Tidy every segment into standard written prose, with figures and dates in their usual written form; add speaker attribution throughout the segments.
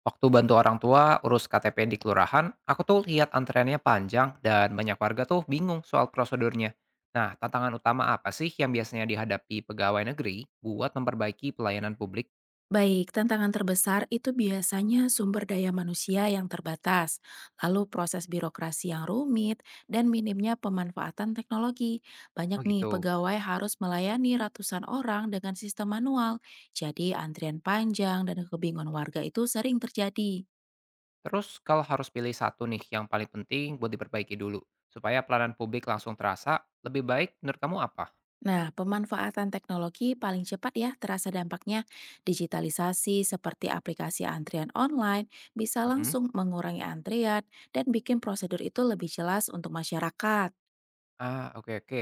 Speaker 1: Waktu bantu orang tua urus KTP di kelurahan, aku tuh lihat antreannya panjang dan banyak warga tuh bingung soal prosedurnya. Nah, tantangan utama apa sih yang biasanya dihadapi pegawai negeri buat memperbaiki pelayanan publik?
Speaker 2: Baik, tantangan terbesar itu biasanya sumber daya manusia yang terbatas, lalu proses birokrasi yang rumit, dan minimnya pemanfaatan teknologi.
Speaker 1: Oh
Speaker 2: Banyak nih
Speaker 1: gitu.
Speaker 2: pegawai harus melayani ratusan orang dengan sistem manual, jadi antrian panjang dan kebingungan warga itu sering terjadi.
Speaker 1: Terus kalau harus pilih satu nih yang paling penting buat diperbaiki dulu, supaya pelayanan publik langsung terasa, lebih baik menurut kamu apa?
Speaker 2: Nah, pemanfaatan teknologi paling cepat ya terasa dampaknya. Digitalisasi seperti aplikasi antrian online bisa
Speaker 1: Mhm.
Speaker 2: langsung mengurangi antrian dan bikin prosedur itu lebih jelas untuk masyarakat.
Speaker 1: Ah, oke oke.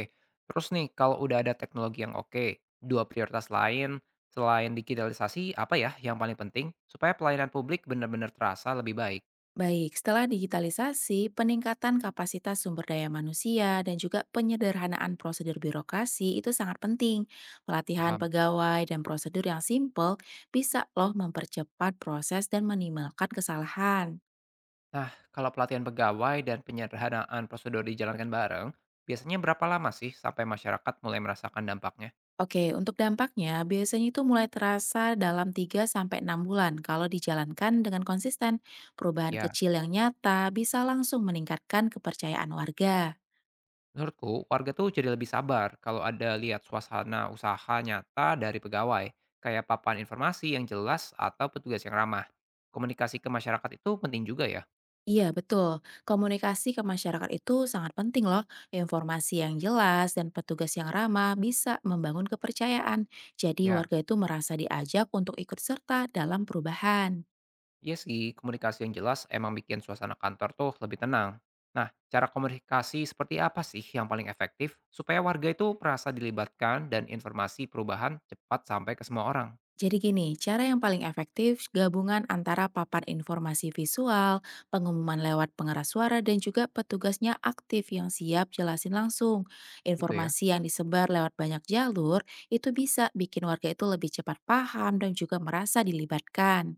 Speaker 1: Terus nih, kalau udah ada teknologi yang oke, dua prioritas lain selain digitalisasi apa ya yang paling penting supaya pelayanan publik benar-benar terasa lebih baik?
Speaker 2: Baik, setelah digitalisasi, peningkatan kapasitas sumber daya manusia dan juga penyederhanaan prosedur birokrasi itu sangat penting. Pelatihan
Speaker 1: Paham?
Speaker 2: pegawai dan prosedur yang simpel bisa loh mempercepat proses dan minimalkan kesalahan.
Speaker 1: Nah, kalau pelatihan pegawai dan penyederhanaan prosedur dijalankan bareng, biasanya berapa lama sih sampai masyarakat mulai merasakan dampaknya?
Speaker 2: Oke, untuk dampaknya biasanya itu mulai terasa dalam 3 sampai 6 bulan kalau dijalankan dengan konsisten. Perubahan
Speaker 1: Ya,
Speaker 2: kecil yang nyata bisa langsung meningkatkan kepercayaan warga.
Speaker 1: menurutku warga tuh jadi lebih sabar kalau ada lihat suasana usaha nyata dari pegawai, kayak papan informasi yang jelas atau petugas yang ramah. Komunikasi ke masyarakat itu penting juga ya.
Speaker 2: Iya, betul. Komunikasi ke masyarakat itu sangat penting loh. Informasi yang jelas dan petugas yang ramah bisa membangun kepercayaan. Jadi
Speaker 1: Ya,
Speaker 2: warga itu merasa diajak untuk ikut serta dalam perubahan.
Speaker 1: iya sih, komunikasi yang jelas emang bikin suasana kantor tuh lebih tenang. Nah, cara komunikasi seperti apa sih yang paling efektif supaya warga itu merasa dilibatkan dan informasi perubahan cepat sampai ke semua orang?
Speaker 2: Jadi gini, cara yang paling efektif gabungan antara papan informasi visual, pengumuman lewat pengeras suara, dan juga petugasnya aktif yang siap jelasin langsung.
Speaker 1: Gitu ya.
Speaker 2: Informasi yang disebar lewat banyak jalur itu bisa bikin warga itu lebih cepat paham dan juga merasa dilibatkan.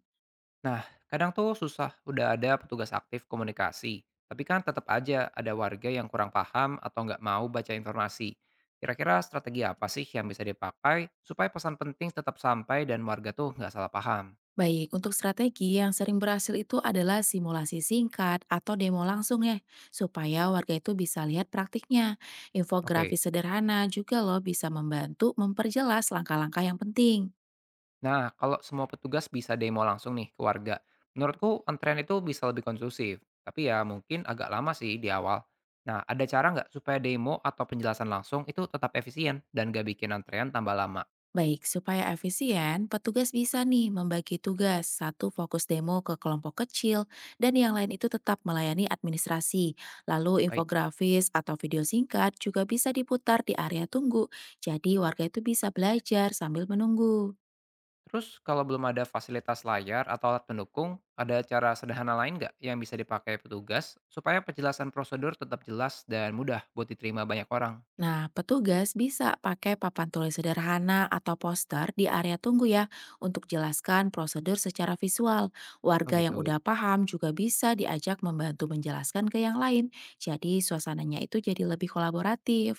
Speaker 1: Nah, kadang tuh susah udah ada petugas aktif komunikasi, tapi kan tetap aja ada warga yang kurang paham atau nggak mau baca informasi. Kira-kira strategi apa sih yang bisa dipakai supaya pesan penting tetap sampai dan warga tuh nggak salah paham?
Speaker 2: Baik, untuk strategi yang sering berhasil itu adalah simulasi singkat atau demo langsung ya, supaya warga itu bisa lihat praktiknya.
Speaker 1: Oke.
Speaker 2: Infografis sederhana juga loh bisa membantu memperjelas langkah-langkah yang penting.
Speaker 1: Nah, kalau semua petugas bisa demo langsung nih ke warga, menurutku antrean itu bisa lebih konsumsif. Tapi ya mungkin agak lama sih di awal. Nah, ada cara nggak supaya demo atau penjelasan langsung itu tetap efisien dan nggak bikin antrean tambah lama?
Speaker 2: Baik, supaya efisien, petugas bisa nih membagi tugas, satu fokus demo ke kelompok kecil, dan yang lain itu tetap melayani administrasi. Lalu
Speaker 1: Baik.
Speaker 2: infografis atau video singkat juga bisa diputar di area tunggu, jadi warga itu bisa belajar sambil menunggu.
Speaker 1: Terus kalau belum ada fasilitas layar atau alat pendukung, ada cara sederhana lain nggak yang bisa dipakai petugas supaya penjelasan prosedur tetap jelas dan mudah buat diterima banyak orang?
Speaker 2: Nah, petugas bisa pakai papan tulis sederhana atau poster di area tunggu ya untuk jelaskan prosedur secara visual.
Speaker 1: Oh
Speaker 2: Warga yang
Speaker 1: gitu.
Speaker 2: udah paham juga bisa diajak membantu menjelaskan ke yang lain. Jadi suasananya itu jadi lebih kolaboratif.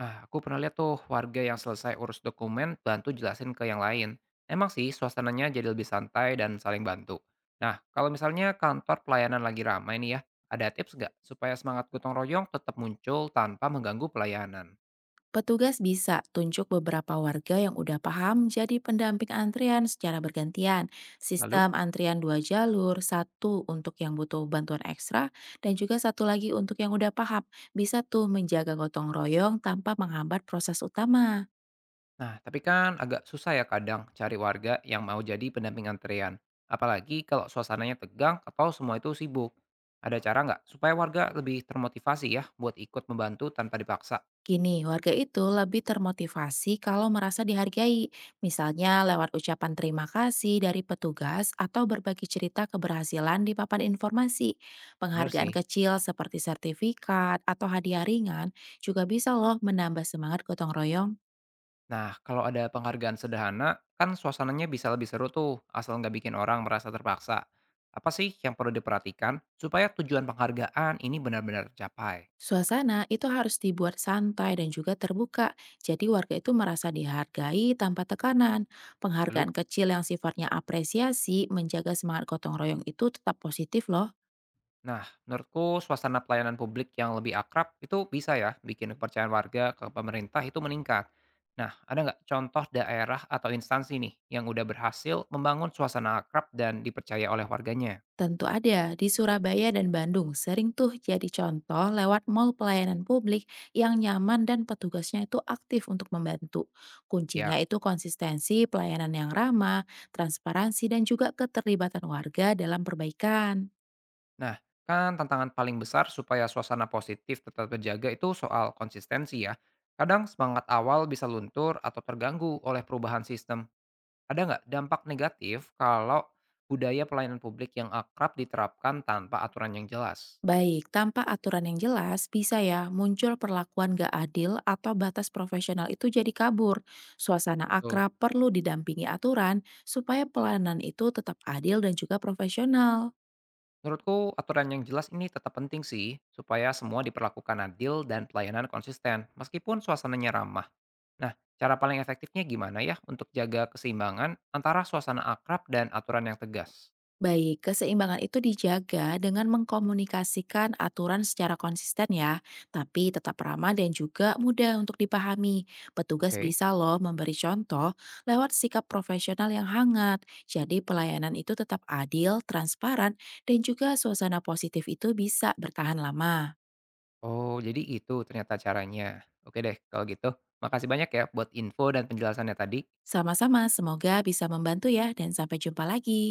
Speaker 1: Ah, aku pernah lihat tuh warga yang selesai urus dokumen bantu jelasin ke yang lain. Emang sih suasananya jadi lebih santai dan saling bantu. Nah, kalau misalnya kantor pelayanan lagi ramai nih ya, ada tips nggak supaya semangat gotong royong tetap muncul tanpa mengganggu pelayanan?
Speaker 2: Petugas bisa tunjuk beberapa warga yang udah paham jadi pendamping antrian secara bergantian.
Speaker 1: Lalu,
Speaker 2: Sistem antrian dua jalur, satu untuk yang butuh bantuan ekstra dan juga satu lagi untuk yang udah paham. Bisa tuh menjaga gotong royong tanpa menghambat proses utama.
Speaker 1: nah tapi kan agak susah ya kadang cari warga yang mau jadi pendamping antrean. Apalagi kalau suasananya tegang atau semua itu sibuk. Ada cara nggak supaya warga lebih termotivasi ya buat ikut membantu tanpa dipaksa?
Speaker 2: Gini, warga itu lebih termotivasi kalau merasa dihargai, misalnya lewat ucapan terima kasih dari petugas atau berbagi cerita keberhasilan di papan informasi.
Speaker 1: Bener
Speaker 2: Penghargaan
Speaker 1: sih.
Speaker 2: kecil seperti sertifikat atau hadiah ringan juga bisa loh menambah semangat gotong royong.
Speaker 1: Nah, kalau ada penghargaan sederhana, kan suasananya bisa lebih seru tuh, asal nggak bikin orang merasa terpaksa. Apa sih yang perlu diperhatikan supaya tujuan penghargaan ini benar-benar tercapai?
Speaker 2: Suasana itu harus dibuat santai dan juga terbuka, jadi warga itu merasa dihargai tanpa tekanan.
Speaker 1: Lalu,
Speaker 2: Penghargaan kecil yang sifatnya apresiasi menjaga semangat gotong royong itu tetap positif loh.
Speaker 1: nah, menurutku suasana pelayanan publik yang lebih akrab itu bisa ya bikin kepercayaan warga ke pemerintah itu meningkat. Nah, ada nggak contoh daerah atau instansi nih yang udah berhasil membangun suasana akrab dan dipercaya oleh warganya?
Speaker 2: Tentu ada, di Surabaya dan Bandung sering tuh jadi contoh lewat mall pelayanan publik yang nyaman dan petugasnya itu aktif untuk membantu. Kuncinya
Speaker 1: Ya.
Speaker 2: itu konsistensi, pelayanan yang ramah, transparansi, dan juga keterlibatan warga dalam perbaikan.
Speaker 1: Nah, kan tantangan paling besar supaya suasana positif tetap terjaga itu soal konsistensi ya. Kadang semangat awal bisa luntur atau terganggu oleh perubahan sistem. Ada nggak dampak negatif kalau budaya pelayanan publik yang akrab diterapkan tanpa aturan yang jelas?
Speaker 2: Baik, tanpa aturan yang jelas, bisa ya muncul perlakuan gak adil atau batas profesional itu jadi kabur. Suasana
Speaker 1: Betul.
Speaker 2: akrab perlu didampingi aturan supaya pelayanan itu tetap adil dan juga profesional.
Speaker 1: Menurutku aturan yang jelas ini tetap penting sih supaya semua diperlakukan adil dan pelayanan konsisten meskipun suasananya ramah. Nah, cara paling efektifnya gimana ya untuk jaga keseimbangan antara suasana akrab dan aturan yang tegas?
Speaker 2: Baik, keseimbangan itu dijaga dengan mengkomunikasikan aturan secara konsisten ya, tapi tetap ramah dan juga mudah untuk dipahami. Petugas
Speaker 1: Oke.
Speaker 2: bisa loh memberi contoh lewat sikap profesional yang hangat. Jadi pelayanan itu tetap adil, transparan, dan juga suasana positif itu bisa bertahan lama.
Speaker 1: Oh, jadi itu ternyata caranya. Oke deh, kalau gitu. Makasih banyak ya buat info dan penjelasannya tadi.
Speaker 2: Sama-sama, semoga bisa membantu ya dan sampai jumpa lagi.